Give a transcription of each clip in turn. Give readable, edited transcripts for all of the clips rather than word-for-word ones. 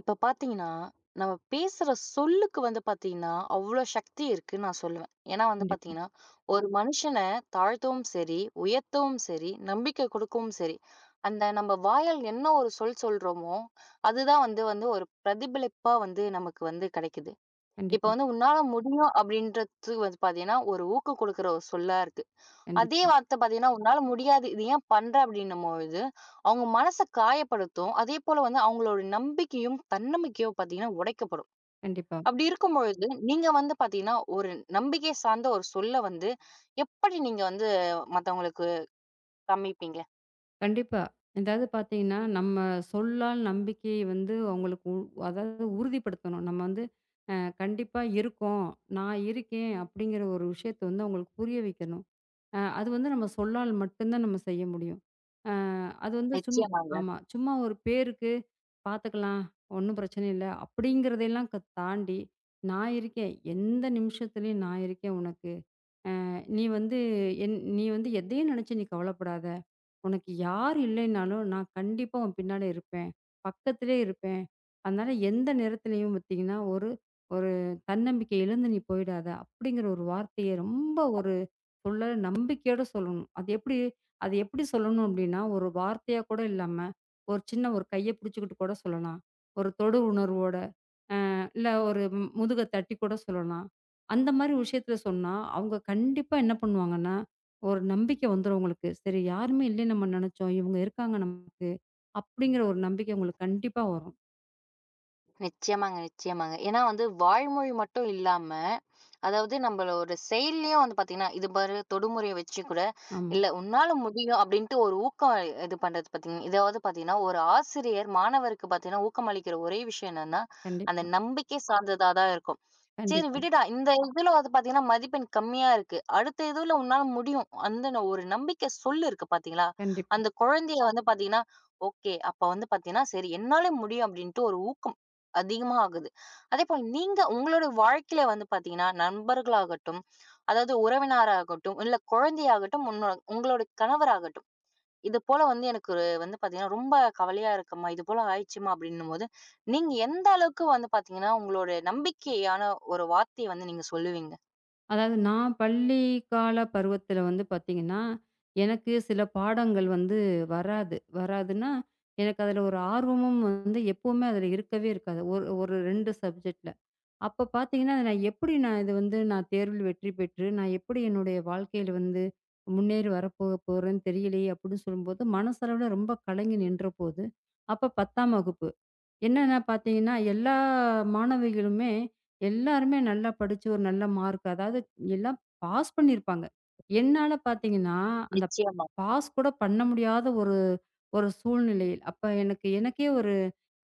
இப்ப பாத்தீங்கன்னா, நம்ம பேசுற சொல்லுக்கு வந்து பாத்தீங்கன்னா, அவ்ளோ சக்தி இருக்குன்னு நான் சொல்லுவேன். ஏன்னா வந்து கண்டிப்பா, பாத்தீங்கன்னா, ஒரு மனுஷன தாழ்த்தவும் சரி, உயர்த்தவும் சரி, நம்பிக்கை குடுக்கவும் சரி, அந்த நம்ம வாயால் என்ன ஒரு சொல் சொல்றோமோ, அதுதான் வந்து வந்து ஒரு பிரதிபலிப்பா வந்து நமக்கு வந்து கிடைக்குது. இப்ப கண்டிப்பா, வந்து உன்னால முடியும் அப்படின்றது வந்து பாத்தீங்கன்னா, ஒரு ஊக்கம் குடுக்குற ஒரு சொல்லா இருக்கு. அதே கண்டிப்பா, வார்த்தை பார்த்தீங்கன்னா, "உன்னால முடியாது. இது ஏன் பண்ற?" அப்படின்னும்பொழுது, அவங்க மனச காயப்படுத்தும். அதேபோல வந்து அவங்களோட நம்பிக்கையும், தன்னம்பிக்கையும் பார்த்தீங்கன்னா உடைக்கப்படும். கண்டிப்பா, அப்படி இருக்கும்பொழுது, நீங்க வந்து பார்த்தீங்கன்னா, ஒரு நம்பிக்கை சார்ந்த ஒரு சொல்ல வந்து எப்படி நீங்க வந்து மத்தவங்களுக்கு காமிப்பீங்க? கண்டிப்பா. அதாவது பார்த்தீங்கன்னா, நம்ம சொல்லால் நம்பிக்கையை வந்து அவங்களுக்கு அதாவது உறுதிப்படுத்தணும். நம்ம வந்து அ கண்டிப்பா இருக்கோம். நான் இருக்கேன் அப்படிங்கிற ஒரு விஷயத்த வந்து அவங்களுக்கு புரிய வைக்கணும். அது வந்து நம்ம சொல்லால் மட்டும் தான் நம்ம செய்ய முடியும். அ அது வந்து நிச்சயமாங்க, ஆமா. சும்மா ஒரு பேருக்கு பார்த்துக்கலாம், ஒண்ணும் பிரச்சனை இல்ல. அப்படிங்கிறதையெல்லாம் தாண்டி, நான் இருக்கேன். எந்த நிமிஷத்துலயும் நான் இருக்கேன் உனக்கு. நீ வந்து நீ வந்து எதையும் நினைச்சு நீ கவலைப்படாத. உனக்கு யார் இல்லைனாலும் நான் கண்டிப்பா உன் பின்னாடி இருப்பேன். பக்கத்திலே இருப்பேன். அதனால எந்த நேரத்திலயும் பார்த்தீங்கன்னா, ஒரு ஒரு தன்னம்பிக்கை இழந்து நீ போயிடாத. அப்படிங்கிற ஒரு வார்த்தைய ரொம்ப ஒரு சொல்ல நம்பிக்கையோட சொல்லணும். அது எப்படி சொல்லணும் அப்படின்னா, ஒரு வார்த்தையா கூட இல்லாம, ஒரு சின்ன ஒரு கைய பிடிச்சுக்கிட்டு கூட சொல்லலாம். ஒரு தொடு உணர்வோட. இல்ல ஒரு முதுக தட்டி கூட சொல்லலாம். அந்த மாரி விஷயத்துல சொன்னா, அவங்க கண்டிப்பா என்ன பண்ணுவாங்கன்னா, ஒரு நம்பிக்கை வந்துரும் அவங்களுக்கு. சரி யாருமே இல்லன்னு நம்ம நெனச்சோம். இவங்க இருக்காங்க நமக்கு. அப்படிங்கிற ஒரு நம்பிக்கை உங்களுக்கு கண்டிப்பா வரும். நிச்சயமாங்க, நிச்சயமாங்க. ஏன்னா வந்து வாய்மொழி மட்டும் இல்லாம அதாவது நம்மளோட செயல்லயும் வந்து பார்த்தீங்கன்னா, "இது பாரு தொடுமுறைய வச்சு கூட, ஆமா. இல்ல உன்னால முடியும்." அப்படின்ட்டு ஒரு ஊக்கம் இது பண்றது பார்த்தீங்க இதாவது பார்த்தீங்கன்னா, ஒரு ஆசிரியர் மாணவருக்கு பார்த்தீங்கன்னா, ஊக்கம் அளிக்கிற ஒரே விஷயம் என்னன்னா, அந்த கண்டிப்பா, நம்பிக்கை சார்ந்ததா தான் இருக்கும். "சரி கண்டிப்பா, விடுடா, இந்த இதுல வந்து பார்த்தீங்கன்னா, மதிப்பெண் கம்மியா இருக்கு. அடுத்த இதுல உன்னால முடியும்." அந்த ஒரு நம்பிக்கை சொல்லு இருக்கு பார்த்தீங்களா? கண்டிப்பா. அந்த குழந்தைய வந்து பார்த்தீங்கன்னா, "ஓகே. அப்ப வந்து பார்த்தீங்கன்னா, சரி என்னால முடியும்." அப்படின்ட்டு ஒரு ஊக்கம் அதிகமா ஆகுது. அதேபோல் நீங்க உங்களோட வாழ்க்கையில வந்து பார்த்தீங்கன்னா, நண்பர்களாகட்டும், அதாவது உறவினராகட்டும், இல்ல குழந்தையாகட்டும், உன்னோட உங்களோட கணவராகட்டும், இது போல வந்து எனக்கு ஒரு வந்து பார்த்தீங்கன்னா, ரொம்ப கவலையா இருக்கும்மா, இது போல ஆயிடுச்சும்மா அப்படின்னும்போது, நீங்க எந்த அளவுக்கு வந்து பார்த்தீங்கன்னா, உங்களோட நம்பிக்கையான ஒரு வார்த்தைய வந்து நீங்க சொல்லுவீங்க? அதாவது நான் பள்ளி கால பருவத்துல வந்து பாத்தீங்கன்னா, எனக்கு சில பாடங்கள் வந்து வராது. வராதுன்னா, எனக்கு அதுல ஒரு ஆர்வமும் வந்து எப்பவுமே அதுல இருக்கவே இருக்காது. ஒரு ஒரு 2 சப்ஜெக்ட்ல. அப்ப பார்த்தீங்கன்னா, நான் எப்படி நான் இது வந்து நான் தேர்வில் வெற்றி பெற்று, நான் எப்படி என்னுடைய வாழ்க்கையில வந்து முன்னேறி போறேன்னு தெரியலையே அப்படின்னு சொல்லும்போது, மனசளவுல ரொம்ப கலங்கி நின்றபோது, அப்ப 10ஆம் வகுப்பு. என்னன்னா பார்த்தீங்கன்னா, எல்லா மாணவிகளுமே எல்லாருமே நல்லா படிச்சு ஒரு நல்ல மார்க் அதாவது எல்லாம் பாஸ் பண்ணியிருப்பாங்க. என்னால பார்த்தீங்கன்னா, அந்த நிச்சயமா, பாஸ் கூட பண்ண முடியாத ஒரு ஒரு சூழ்நிலையில், அப்ப எனக்கு எனக்கே ஒரு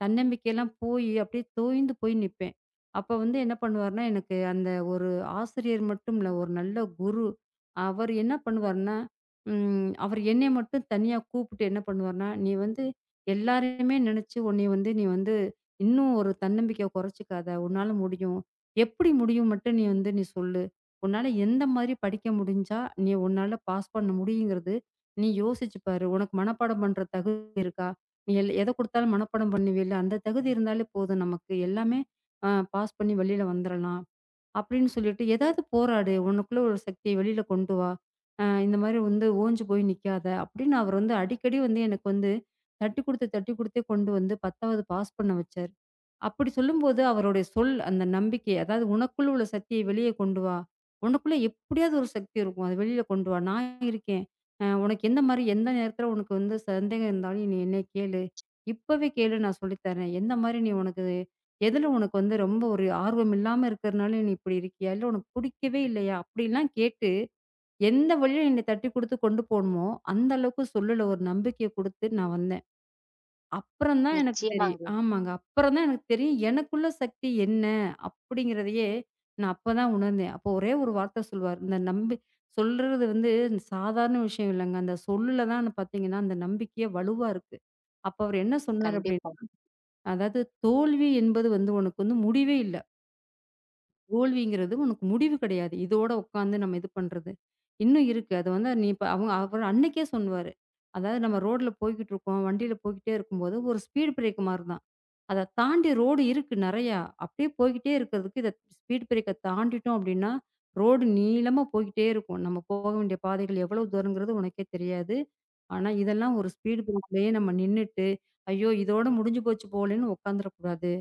தன்னம்பிக்கைலாம் போயி, அப்படியே தோய்ந்து போய் நிப்பேன். அப்ப வந்து என்ன பண்ணுவாருன்னா, எனக்கு அந்த ஒரு ஆசிரியர் மட்டும் இல்ல, ஒரு நல்ல குரு. அவர் என்ன பண்ணுவாருன்னா, அவர் என்னைய மட்டும் தனியா கூப்பிட்டு என்ன பண்ணுவாருன்னா, "நீ வந்து எல்லாரையுமே நினைச்சு உன்னைய வந்து நீ வந்து இன்னும் ஒரு தன்னம்பிக்கைய குறைச்சுக்காத. உன்னால முடியும். எப்படி முடியும் மட்டும் நீ சொல்லு. உன்னால எந்த மாதிரி படிக்க முடிஞ்சா, உன்னால பாஸ் பண்ண முடியுங்கிறது, நீ யோசிச்சு பாரு. உனக்கு மனப்பாடம் பண்ற தகுதி இருக்கா? நீ எத குடுத்தாலும் மனப்பாடம் பண்ணுவீல்ல, அந்த தகுதி இருந்தாலே போதும் நமக்கு. எல்லாமே பாஸ் பண்ணி வெளில வந்துரலாம். அப்படின்னு சொல்லிட்டு, "ஏதாவது போராடு. உனக்குள்ள ஒரு சக்திய வெளியில கொண்டு வா. இந்த மாரி வந்து ஓஞ்சு போய் நிக்காத." அப்படின்னு அவர் வந்து அடிக்கடி வந்து எனக்கு வந்து தட்டி குடுத்தே கொண்டு வந்து 10வது பாஸ் பண்ண வச்சாரு. அப்படி சொல்லும்போது அவருடைய சொல், அந்த நம்பிக்கை, அதாவது "உனக்குள்ள உள்ள சக்திய வெளிய கொண்டு வா. உனக்குள்ள எப்படியாவது ஒரு சக்தி இருக்கும். அத வெளியில கொண்டு வா. நான் இருக்கேன். உனக்கு எந்த மாரி எந்த நேரத்துல உனக்கு வந்து சந்தேகம் இருந்தாலும் நீ என்னைய கேளு. இப்பவே கேளு நான் சொல்லித் தர்றேன். எந்த மாரி நீ உனக்கு எதுல உனக்கு வந்து ரொம்ப ஒரு ஆர்வம் இல்லாம இருக்கிறனால நீ இப்படி இருக்கியா? இல்ல உனக்கு புடிக்கவே இல்லையா? அப்படிலாம் கேட்டு, எந்த வழியில என்னை தட்டிக் குடுத்து கொண்டு போணுமோ, அந்த அளவுக்கு சொல்லுல ஒரு நம்பிக்கைய குடுத்து நான் வந்தேன். அப்புறம் தான் எனக்கு தெரியும் நிச்சயமாங்க. ஆமாங்க. அப்புறம் தான் எனக்கு தெரியும், எனக்குள்ள சக்தி என்ன? அப்படிங்கிறதையே நான் அப்ப தான் உணர்ந்தேன். அப்போ ஒரே ஒரு வார்த்த சொல்லுவாரு. இந்த நம்பி சொல்றது வந்து சாதாரண விஷயம் இல்லங்க. அந்த சொல்லுல தான் பாத்தீங்கன்னா, அந்த நம்பிக்கையே வலுவா இருக்கு. அப்ப அவரு என்ன சொன்னாரு கண்டிப்பா. அப்படின்னா, அதாவது தோல்வி என்பது வந்து உனக்கு வந்து முடிவே இல்ல. தோல்விங்கிறது உனக்கு முடிவு கிடையாது. இதோட உட்காந்து நம்ம இது பண்றது. இன்னும் இருக்கு. அது வந்து நீ இப்ப அவங்க அவர் அன்னைக்கே சொன்னுவாரு. அதாவது நம்ம ரோட்ல போய்க்கிட்டு இருக்கோம். வண்டியில போய்க்கிட்டே இருக்கும்போது ஒரு ஸ்பீடு பிரேக் மாரி தான். அத தாண்டி ரோடு இருக்கு நெறையா. அப்படியே போய்க்கிட்டே இருக்கிறதுக்கு ஸ்பீடு பிரேக்க தாண்டிட்டோம் அப்படின்னா, ரோடு நீளமா போய்க்கிட்டே இருக்கும். நம்ம போக வேண்டிய பாதைகள் எவ்வளவு தூரங்கிறது உனக்கே தெரியாது. ஆனா இதெல்லாம் ஒரு ஸ்பீடு பிரேக்லயே நம்ம நின்னுட்டு, ஐயோ இதோட முடிஞ்சு போச்சு போலன்னு உட்காந்துரக்கூடாது.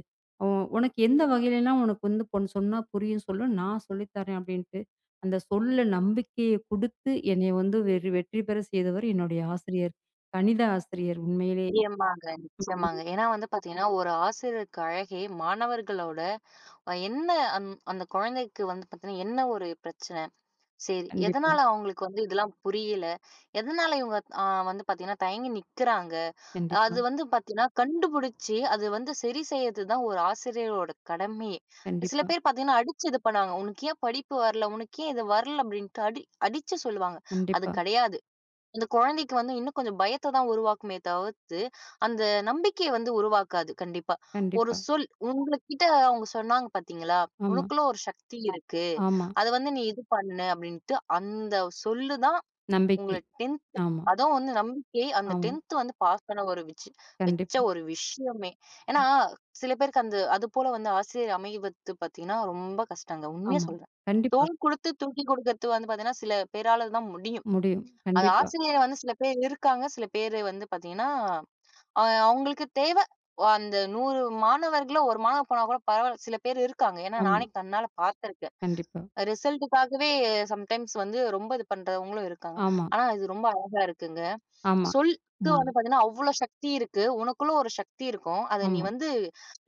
"ஓ உனக்கு எந்த வகையிலலாம் உனக்கு வந்து பொன் சொன்னா புரியும் சொல்லு, நான் சொல்லித் தரேன்" அப்படின்ட்டு, அந்த சொல்ல நம்பிக்கைய குடுத்து என்னைய வந்து வெற்றி பெற செய்தவர் என்னுடைய ஆசிரியர். கணித ஆசிரியர் உண்மையிலே. நிச்சயமாங்க, ம். நிச்சயமாங்க. ஏன்னா வந்து பார்த்தீங்கன்னா, ஒரு ஆசிரியருக்கு அழகே மாணவர்களோட என்ன அந் அந்த குழந்தைக்கு வந்து பார்த்தீங்கன்னா, என்ன ஒரு பிரச்சனை. சரி, கண்டிப்பா, எதனால அவங்களுக்கு வந்து இதெல்லாம் புரியல? எதனால இவங்க வந்து பார்த்தீங்கன்னா, தயங்கி நிக்கிறாங்க? கண்டிப்பா, அது வந்து பார்த்தீங்கன்னா, கண்டுபிடிச்சு அது வந்து சரி செய்யறது தான் ஒரு ஆசிரியரோட கடமையே. சில கண்டிப்பா, பேர் பார்த்தீங்கன்னா, அடிச்சு இது பண்ணுவாங்க. "உனக்கு ஏன் படிப்பு வரல? உனக்கு ஏன் இது வரல?" அப்படின்ட்டு அடிச்சு சொல்லுவாங்க. அது கண்டிப்பா, கிடையாது. அந்த குழந்தைக்கு வந்து இன்னும் கொஞ்சம் பயத்த தான் உருவாக்குமே தவிர்த்து, அந்த நம்பிக்கைய வந்து உருவாக்காது கண்டிப்பா. ஒரு கண்டிப்பா. சொல் உங்ககிட்ட அவங்க சொன்னாங்க பார்த்தீங்களா? ஆமா, "உனக்குள்ள ஒரு சக்தி ஆமா. இருக்கு. ஆமா. அத வந்து நீ இது பண்ணு" அப்படின்ட்டு அந்த சொல்லு தான் உங்கள நம்பிக்கை. 10த் ஆமா, அதுவும் வந்து நம்பிக்கை அந்த ஆமா. 10த் வந்து பாஸ் பண்ண ஒரு விச்சு வச்ச கண்டிப்பா. ஒரு விஷயமே. ஏன்னா, ம். சில பேருக்கு அந்த அது போல வந்து ஆசிரியர் அமைவது பார்த்தீங்கன்னா, ரொம்ப கஷ்டங்க. உண்மையா ஆமா. சொல்றேன். கண்டிப்பா. தோள் குடுத்து தூக்கி குடுக்கறது வந்து பார்த்தீங்கன்னா, சில பேரால தான் முடியும். முடியும். அது கண்டிப்பா. ஆசிரியர் வந்து சில பேர் இருக்காங்க. சில பேரு வந்து பார்த்தீங்கன்னா, அ அவங்களுக்கு தேவ அந்த 100 மாணவர்கள்ல 1 மாணவர் போனா கூட பரவால்ல. சில பேர் இருக்காங்க. ஏன்னா ஆமா. நானே கண்ணால பார்த்துருக்கேன். கண்டிப்பா. ரிசல்ட்டுக்காகவே சம்டைம்ஸ் வந்து ரொம்ப இது பண்றவங்களும் இருக்காங்க. ஆமா, ஆனா இது ரொம்ப அழகா இருக்குங்க. ஆமா. சொல்க்கு ஆமா, வந்து பார்த்தீங்கன்னா, அவ்ளோ சக்தி இருக்கு. உனக்குள்ள ஒரு சக்தி இருக்கும். அத நீ ஆமா. வந்து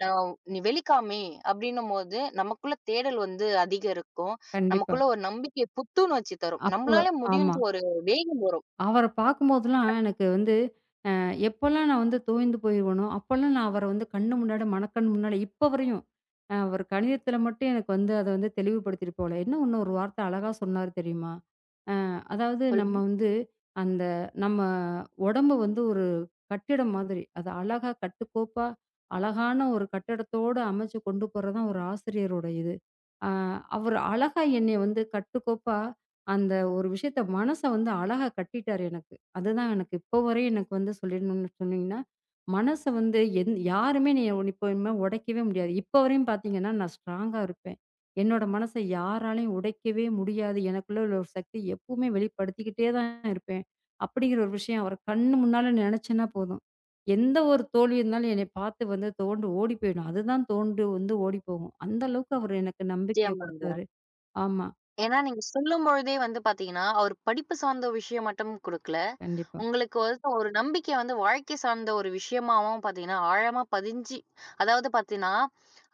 அ நீ வெளிக்காமி அப்டின்னும்போது, நமக்குள்ள தேடல் வந்து அதிகம் இருக்கும். கண்டிப்பா. நமக்குள்ள ஒரு நம்பிக்கை புத்துணர்ச்சி தரும். அப்போ நம்மளால ஆமா. முடியுன்ற ஒரு வேகம். அவர பார்க்கும்போதெல்லாம் எனக்கு வந்து எப்போலாம் நான் வந்து தோய்ந்து போயிருவேனோ, அப்போலாம் நான் அவர வந்து கண்ணு முன்னாடி, மனக்கண் முன்னாடி இப்ப வரையும் அவரு கணிதத்தில மட்டும் எனக்கு வந்து அத வந்து தெளிவுபடுத்திட்டு போகல. என்ன இன்னும் ஒரு வார்த்தை அழகா சொன்னாரு தெரியுமா? அதாவது நம்ம வந்து அந்த நம்ம உடம்ப வந்து ஒரு கட்டிடம் மாதிரி. அது அழகா கட்டுக்கோப்பா, அழகான ஒரு கட்டடத்தோட அமைச்சு கொண்டு போறது தான் ஒரு ஆசிரியரோட இது. அ அவரு அழகா என்னைய வந்து கட்டுக்கோப்பா அந்த ஒரு விஷயத்த மனச வந்து அழகா கட்டிட்டாரு எனக்கு. அதுதான் எனக்கு இப்போ வரையும் எனக்கு வந்து சொல்லிடணும்னு சொன்னீங்கன்னா, மனச வந்து யாருமே என்னைய இப்போ இனிமே உடைக்கவே முடியாது. இப்போ வரையும் பார்த்தீங்கன்னா, நான் ஸ்ட்ராங்கா இருப்பேன். என்னோட மனச யாராலயும் உடைக்கவே முடியாது. எனக்குள்ள உள்ள ஒரு சக்தி எப்பவுமே வெளிப்படுத்திக்கிட்டே தான் இருப்பேன். அப்படிங்கிற ஒரு விஷயம் அவர் கண்ணு முன்னால நினைச்சேன்னா போதும். எந்த ஒரு தோல்வி இருந்தாலும் என்னை பார்த்து வந்து தோண்டு ஓடி போயிடும். அதுதான் தோண்டு வந்து ஓடி போகும். அந்த அளவுக்கு அவர் எனக்கு நம்பிக்கைய நிச்சயமாங்க. குடுத்தாரு. ஆமா. ஏன்னா நீங்க சொல்லும்பொழுதே வந்து பார்த்தீங்கன்னா, அவர் படிப்பு சார்ந்த விஷயம் மட்டும் குடுக்கல. கண்டிப்பா. உங்களுக்கு வந்து ஒரு நம்பிக்கை வந்து வாழ்க்கை சார்ந்த ஒரு விஷயமாவும் பார்த்தீங்கன்னா, ஆழமா பதிஞ்சு அதாவது பார்த்தீங்கன்னா,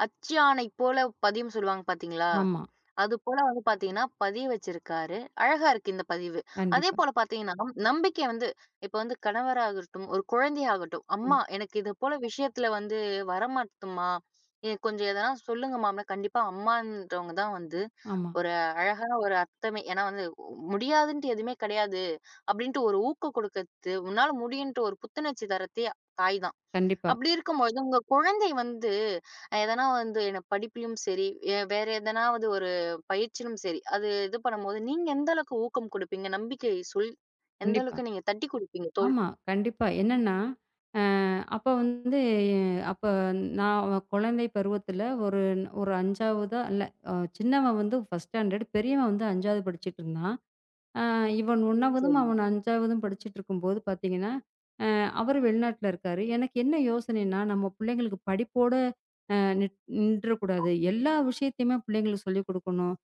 அச்சு ஆணை போல பதியும்ன்னு சொல்லுவாங்க பார்த்தீங்களா? ஆமா. அதுபோல வந்து பார்த்தீங்கன்னா, பதிய வச்சிருக்காரு. அழகா இருக்கு இந்த பதிவு. கண்டிப்பா. அதேபோல பார்த்தீங்கன்னா, நம்பிக்கை வந்து இப்ப வந்து கணவராகட்டும், ஒரு குழந்தையாகட்டும், ம். "அம்மா எனக்கு இது போல விஷயத்துல வந்து வரமாட்டுதும்மா. எனக்கு கொஞ்சம் எதனா சொல்லுங்கம்மா." அப்படீன்னா கண்டிப்பா அம்மான்றவங்க தான் வந்து ஆமா. ஒரு அழகா ஒரு அர்த்தமே ஏன்னா வந்து முடியாதுன்ட்டு எதுவுமே கிடையாது அப்படின்ட்டு ஒரு ஊக்கம் கொடுக்கறது உன்னால முடியும்ன்ட்டு ஒரு புத்துணர்ச்சி தரத்தே தாய் தான். கண்டிப்பா. அப்படி இருக்கும்போது உங்க குழந்தை வந்து எதனா வந்து என்ன படிப்பிலும் சரி வேற எதனாவது ஒரு பயிற்சியிலும் சரி அது இது பண்ணும்போது நீங்க எந்த அளவுக்கு ஊக்கம் கொடுப்பீங்க நம்பிக்கை சொல் எந்த கண்டிப்பா. அளவுக்கு நீங்க தட்டி கொடுப்பீங்க தோல் ஆமா. குடுத்து? கண்டிப்பா. என்னன்னா அப்ப வந்து அப்ப நான் அவன் குழந்தை பருவத்தில ஒரு ஒரு 5வதா இல்ல அ சின்னவன் வந்து ஃபர்ஸ்ட் ஸ்டாண்டர்ட், பெரியவன் வந்து 5வது படிச்சுட்டு இருந்தான். ஆ இவன் 1வதும், சரிங்க. அவன் 5வதும் படிச்சுட்ருக்கும்போது பார்த்தீங்கன்னா, அ அவரு வெளிநாட்ல இருக்காரு. எனக்கு என்ன யோசனைன்னா, நம்ம பிள்ளைங்களுக்கு படிப்போட அ நிற் நின்றக்கூடாது. எல்லா விஷயத்தையுமே பிள்ளைங்களுக்கு சொல்லிக் குடுக்கணும்.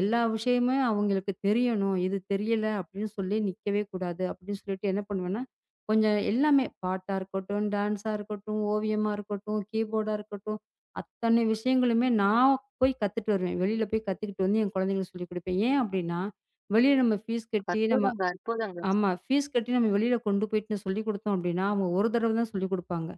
எல்லா விஷயமுமே அவங்களுக்கு தெரியணும். இது தெரியல அப்படின்னு சொல்லி நிக்கவே கூடாது அப்படின்னு சொல்லிட்டு என்ன பண்ணுவேன்னா, கொஞ்சம் எல்லாமே பாட்டா இருக்கட்டும், டான்ஸா இருக்கட்டும், ஓவியமா இருக்கட்டும், கீபோர்டா இருக்கட்டும், அத்தனை விஷயங்களுமே நான் போய் கத்துட்டு வருவேன். வெளியில போய் கத்துக்கிட்டு வந்து என் குழந்தைங்களுக்கு சொல்லிக் குடுப்பேன். ஏன் அப்படின்னா வெளிய நம்ம ஃபீஸ் கட்டி நம்ம அற்புதங்க அற்புதங்க. ஆமா. ஃபீஸ் கட்டி நம்ம வெளியில கொண்டு போயிட்டு சொல்லிக் குடுத்தோம் அப்டின்னா, அவங்க ஒரு தடவ தான் சொல்லிக் குடுப்பாங்க.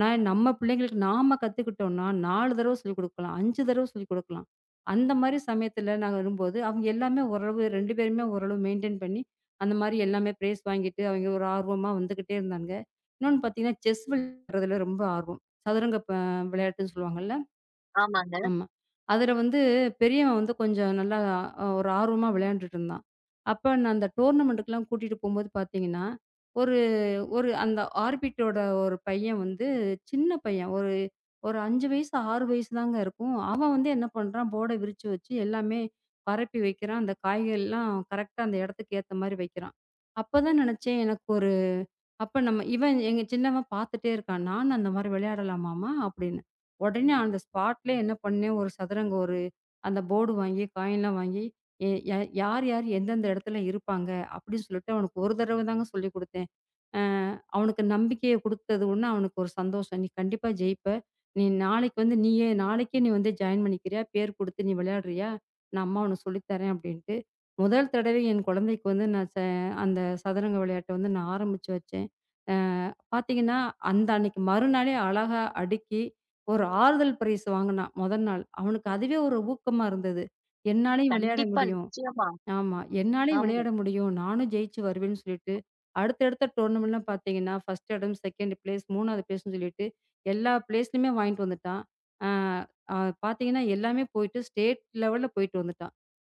நான் நம்ம பிள்ளைங்களுக்கு நாம கத்துக்கிட்டோம்னா, 4 தடவ சொல்லிக் குடுக்கலாம். 5 தடவ சொல்லிக் குடுக்கலாம். அந்த மாரி சமயத்துல நாங்க வரும்போது, அவங்க எல்லாமே ஓரளவு 2 பேருமே ஓரளவு மெயின்டெயின் பண்ணி, அந்த மாரி எல்லாமே பிரைஸ் வாங்கிட்டு, அவங்க ஒரு ஆர்வமா வந்துகிட்டே இருந்தாங்க. இன்னொன்னு பார்த்தீங்கன்னா, செஸ் விளையாடுறதுல ரொம்ப ஆர்வம். சதுரங்க ப விளையாட்டுன்னு சொல்லுவாங்கல்ல. ஆமாங்க. ஆமா. அதுல வந்து பெரியவன் வந்து கொஞ்சம் நல்லா ஒரு ஆர்வமா விளையாண்டுட்டு இருந்தான். அப்ப நான் அந்த டோர்னமெண்ட்டுக்குலாம் கூட்டிட்டு போம்போது பார்த்தீங்கன்னா, ஒரு ஒரு அந்த ஆர்பிட்டோட ஒரு பையன் வந்து சின்ன பையன். ஒரு ஒரு 5 வயசு, 6 வயசு தாங்க இருக்கும். அவன் வந்து என்ன பண்றான், போர்ட விரிச்சு வச்சு எல்லாமே பரப்பி வைக்கிறான். அந்த காய்கறிலாம் கரெக்ட்டா அந்த இடத்துக்கு ஏத்த மாரி வைக்கிறான். அப்பதான் நெனச்சேன் எனக்கு ஒரு அப்ப நம்ம இவன் எங்க சின்னவன் பார்த்துட்டே இருக்கான். "நானும் அந்த மாரி விளையாடலாமாம்மா?" அப்படின்னு. உடனே அந்த ஸ்பாட்லயே என்ன பண்ணேன், ஒரு சதுரங்க ஒரு அந்த போர்டு வாங்கி, காயின்லாம் வாங்கி, எ ய யார் யார் எந்தெந்த இடத்துல இருப்பாங்க அப்படின்னு சொல்லிட்டு அவனுக்கு ஒரு தடவ தாங்க சொல்லிக் குடுத்தேன். அ அவனுக்கு நம்பிக்கைய குடுத்தது ஒண்ணு, அவனுக்கு ஒரு சந்தோஷம். "நீ கண்டிப்பா ஜெயிப்ப. நீ நாளைக்கு வந்து நீயே நாளைக்கே நீ வந்து ஜாயின் பண்ணிக்கிறியா? பேர் குடுத்து நீ விளையாடுறியா? நான் அம்மா உனக்கு சொல்லி தரேன்" அப்படின்ட்டு. முதல் தடவை என் குழந்தைக்கு வந்து நான் ச அந்த சதுரங்க விளையாட்ட வந்து நான் ஆரம்பிச்சு வச்சேன். பார்த்தீங்கன்னா, அந்த அன்னைக்கு மறுநாளே அழகா அடுக்கி, ஒரு ஆறுதல் பிரைஸ் வாங்குனான், மொதல் நாள். அவனுக்கு அதுவே ஒரு ஊக்கமா இருந்தது. என்னாலயும் விளையாட கண்டிப்பா முடியும். நிச்சயமா. ஆமா. என்னாலயும் ஆமா. விளையாட முடியும். நானும் ஜெயிச்சு வருவேன்னு சொல்லிட்டு, அடுத்தடுத்த டோர்னமெண்ட்லாம் பார்த்தீங்கன்னா, 1 இடம், 2 பிளேஸ், 3 பிளேஸ்ன்னு சொல்லிட்டு, எல்லா பிளேஸ்லயுமே வாங்கிட்டு வந்துட்டான். ஆ அ பார்த்தீங்கன்னா, எல்லாமே போயிட்டு ஸ்டேட் லெவல்ல போயிட்டு வந்துட்டான்.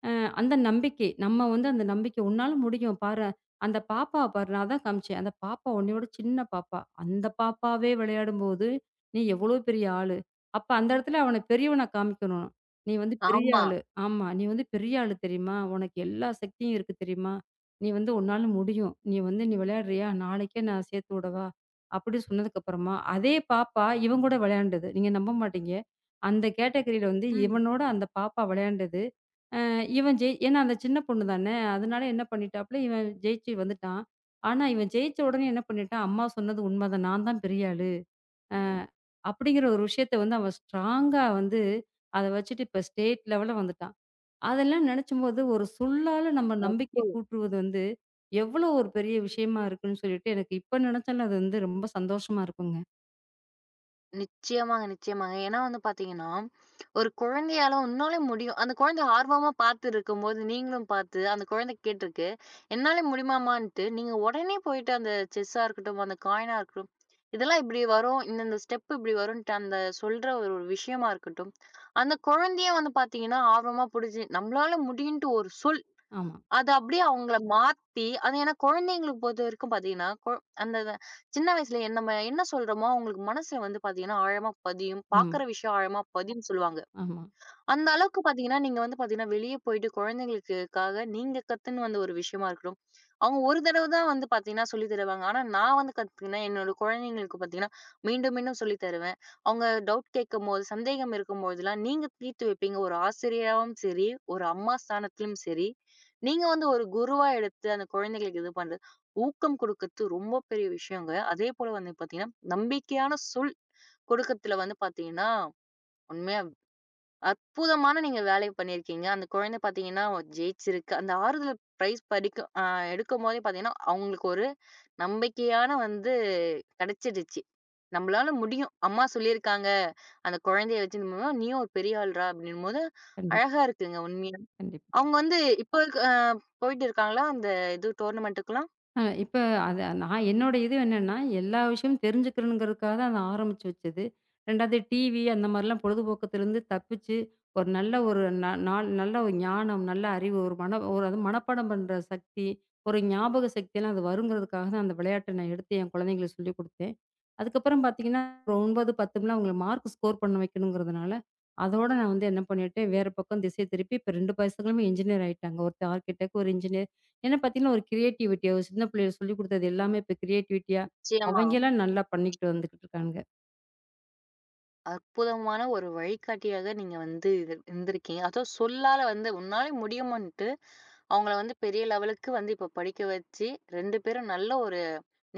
அ அந்த நம்பிக்கை, நம்ம வந்து அந்த நம்பிக்கை, "உன்னால முடியும் பாரேன்." அந்த பாப்பாவ பாரு, நான் அதான் காமிச்சேன். அந்த பாப்பா உன்னையோட சின்ன பாப்பா. அந்த பாப்பாவே விளையாடும்போது, நீ எவ்வளோ பெரிய ஆளு. அப்ப அந்த இடத்துல அவன பெரியவனா காமிக்கணும். நீ வந்து பெரிய ஆமா. ஆளு. ஆமா. "நீ வந்து பெரிய ஆளு தெரியுமா? உனக்கு எல்லா சக்தியும் இருக்கு தெரியுமா? நீ வந்து உன்னால முடியும். நீ வந்து நீ விளையாடுறியா? நாளைக்கே நான் சேர்த்து விடவா?" அப்படி சொன்னதுக்கப்புறமா, அதே பாப்பா இவன் கூட விளையாண்டது. நீங்க நம்ப மாட்டீங்க. அந்த கேட்டகரியில வந்து உம். இவனோட அந்த பாப்பா விளையாண்டது. அ இவன் ஜெய் ஏன்னா அந்த சின்ன பொண்ணு தானே! அதனால என்ன பண்ணிட்டாப்புல, இவன் ஜெயிச்சு வந்துட்டான். ஆனா, இவன் ஜெயிச்ச உடனே என்ன பண்ணிட்டான், "அம்மா சொன்னது உண்மதான். நான் தான் பெரிய ஆளு." அ அப்படிங்கிற ஒரு விஷயத்த வந்து அவன் ஸ்ட்ராங்கா வந்து அத வச்சுட்டு இப்ப ஸ்டேட் லெவல்ல வந்துட்டான். அதெல்லாம் நினைச்சும்போது, ஒரு சொல்லால நம்ம நம்பிக்கை கூட்டுவது வந்து, எவ்வளோ ஒரு பெரிய விஷயமா இருக்குன்னு சொல்லிட்டு, எனக்கு இப்ப நினைச்சாலும் அது வந்து ரொம்ப சந்தோஷமா இருக்குங்க. நிச்சயமாங்க, நிச்சயமாங்க. ஏன்னா வந்து பார்த்தீங்கன்னா, ஒரு குழந்தையால உன்னால முடியும். அந்த குழந்தை ஆர்வமா பார்த்து இருக்கும்போது, நீங்களும் பார்த்து அந்த குழந்தை கேட்டிருக்கு. "என்னால முடியுமாம்மான்ட்டு" நீங்க உடனே போயிட்டு அந்த செஸ்ஸா இருக்கட்டும், அந்த காயினா இருக்கட்டும், இதெல்லாம் இப்படி வரும். இந்தந்த ஸ்டெப் இப்படி வரும்ன்ட்டு அந்த சொல்ற ஒரு ஒரு விஷயமா இருக்கட்டும், அந்த குழந்தையே வந்து பார்த்தீங்கன்னா, ஆர்வமா புடிச்சு, "நம்மளால முடியும்ன்ட்டு ஒரு சொல்" ஆமா, அது அப்படியே அவங்கள மாத்தி, அது ஏன்னா குழந்தைங்களுக்கு பொறுத்தவரைக்கும் பார்த்தீங்கன்னா, அந்த அத சின்ன வயசுல என்ன நம்ம என்ன சொல்றோமோ, அவங்களுக்கு மனசுல வந்து பார்த்தீங்கன்னா, ஆழமா பதியும். ஆமா, பார்க்குற விஷயம் ஆழமா பதியும்ன்னு சொல்லுவாங்க. ஆமா. அந்த அளவுக்கு பார்த்தீங்கன்னா, நீங்க வந்து பார்த்தீங்கன்னா, வெளிய போயிட்டு குழந்தைங்களுக்குக்காக நீங்க கத்துன்னு வந்த ஒரு விஷயமா இருக்கட்டும். அவங்க ஒரு தடவ தான் வந்து பார்த்தீங்கன்னா சொல்லி தருவாங்க. ஆனா, நான் வந்து கத்துக்கினேன். என்னோட குழந்தைங்களுக்கு பார்த்தீங்கன்னா, மீண்டும் மீண்டும் சொல்லி தருவேன். அவங்க டவுட் கேட்கும்போது, சந்தேகம் இருக்கும்போதெல்லாம் நீங்க தீர்த்து வைப்பீங்க. ஒரு ஆசிரியராவும் சரி, ஒரு அம்மா ஸ்தானத்திலும் சரி, நீங்க வந்து ஒரு குருவா எடுத்து அந்த குழந்தைகளுக்கு இது பண்றது, ஊக்கம் குடுக்கறது ரொம்ப பெரிய விஷயங்க. அதேபோல வந்து பார்த்தீங்கன்னா, நம்பிக்கையான சொல் குடுக்கத்துல வந்து பார்த்தீங்கன்னா, உண்மையா அற்புதமான நீங்க வேலை பண்ணியிருக்கீங்க. அந்த குழந்தை பார்த்தீங்கன்னா, ஜெயிச்சிருக்கு. அந்த ஆறுதல் பிரைஸ் படிக்கும் எடுக்கும்போதே பார்த்தீங்கன்னா, அவங்களுக்கு ஒரு நம்பிக்கையான வந்து கிடைச்சிடுச்சு. நம்மளால முடியும். அம்மா சொல்லியிருக்காங்க. அந்த குழந்தைய வச்சு நம்ம தான், நீயும் ஒரு பெரிய ஆள்றா அப்படின்னும்போது, கண்டிப்பா, அழகா இருக்குங்க உண்மையா. கண்டிப்பா. அவங்க வந்து இப்போ இருக்க போயிட்டு இருக்காங்களா? அந்த இது டோர்னமென்ட்டுக்குலாம்? இப்ப அத நான் என்னோட இது என்னன்னா, எல்லா விஷயமும் தெரிஞ்சுக்கணுங்கிறதுக்காக தான் அத ஆரம்பிச்சு வச்சது. 2வது டிவி அந்த மாரிலாம் பொழுதுபோக்கத்துலருந்து தப்பிச்சு, ஒரு நல்ல ஒரு ந நாள் நல்ல ஒரு ஞானம், நல்ல அறிவு, ஒரு மன ஒரு அது மனப்பாடம் பண்ற சக்தி, ஒரு ஞாபக சக்தியெல்லாம் அது வருங்கிறதுக்காக தான் அந்த விளையாட்ட நான் எடுத்து என் குழந்தைங்களுக்கு சொல்லிக் குடுத்தேன். அதுக்கப்புறம் பார்த்தீங்கன்னா, ஒரு 9, 10 லாம் அவங்கள மார்க் ஸ்கோர் பண்ண வைக்கணுங்கிறதுனால, அதோட நான் வந்து என்ன பண்ணிட்டேன், வேற பக்கம் திசை திருப்பி இப்ப 2 பசங்களுமே இன்ஜினியர் ஆயிட்டாங்க. ஒருத்தன் ஆர்க்கிடெக்ட், ஒரு இன்ஜினியர். ஏன்னா பார்த்தீங்கன்னா, ஒரு கிரியேட்டிவிட்டியா ஒரு சின்ன பிள்ளைகளுக்கு சொல்லிக் குடுத்தது எல்லாமே இப்ப கிரியேட்டிவிட்டியா, நிச்சயமா. அவைங்கலாம் நல்லா பண்ணிக்கிட்டு வந்துகிட்டு இருக்கானுங்க. அற்புதமான ஒரு வழிகாட்டியாக நீங்க வந்து இது இருந்திருக்கீங்க. அதுவும் சொல்லால வந்து உன்னால முடியுமான்ட்டு, அவங்கள வந்து பெரிய லெவலுக்கு வந்து இப்ப படிக்க வச்சு 2 பேரும் நல்ல ஒரு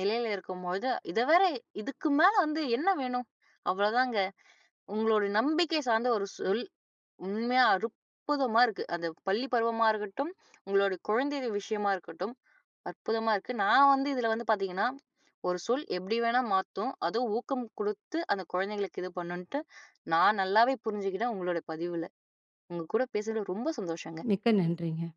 நிலையில இருக்கும்போது, இத வேற இதுக்கு மேல வந்து என்ன வேணும்? அவ்வளோதாங்க. உங்களோட நம்பிக்கை சார்ந்த ஒரு சொல் உண்மையா அற்புதமா இருக்கு. அந்த பள்ளி பருவமா இருக்கட்டும், உங்களுடைய குழந்தை விஷயமா இருக்கட்டும். அற்புதமா இருக்கு. நான் வந்து இதுல வந்து பாத்தீங்கன்னா, ஒரு சொல் எப்டி வேணா மாத்தும். அதுவும் ஊக்கம் குடுத்து அந்த குழந்தைங்களுக்கு இது பண்ணுன்ட்டு, நான் நல்லாவே புரிஞ்சுக்கிட்டேன் உங்களுடைய பதிவுல. உங்க கூட பேசுனது ரொம்ப சந்தோஷங்க. மிக்க நன்றிங்க.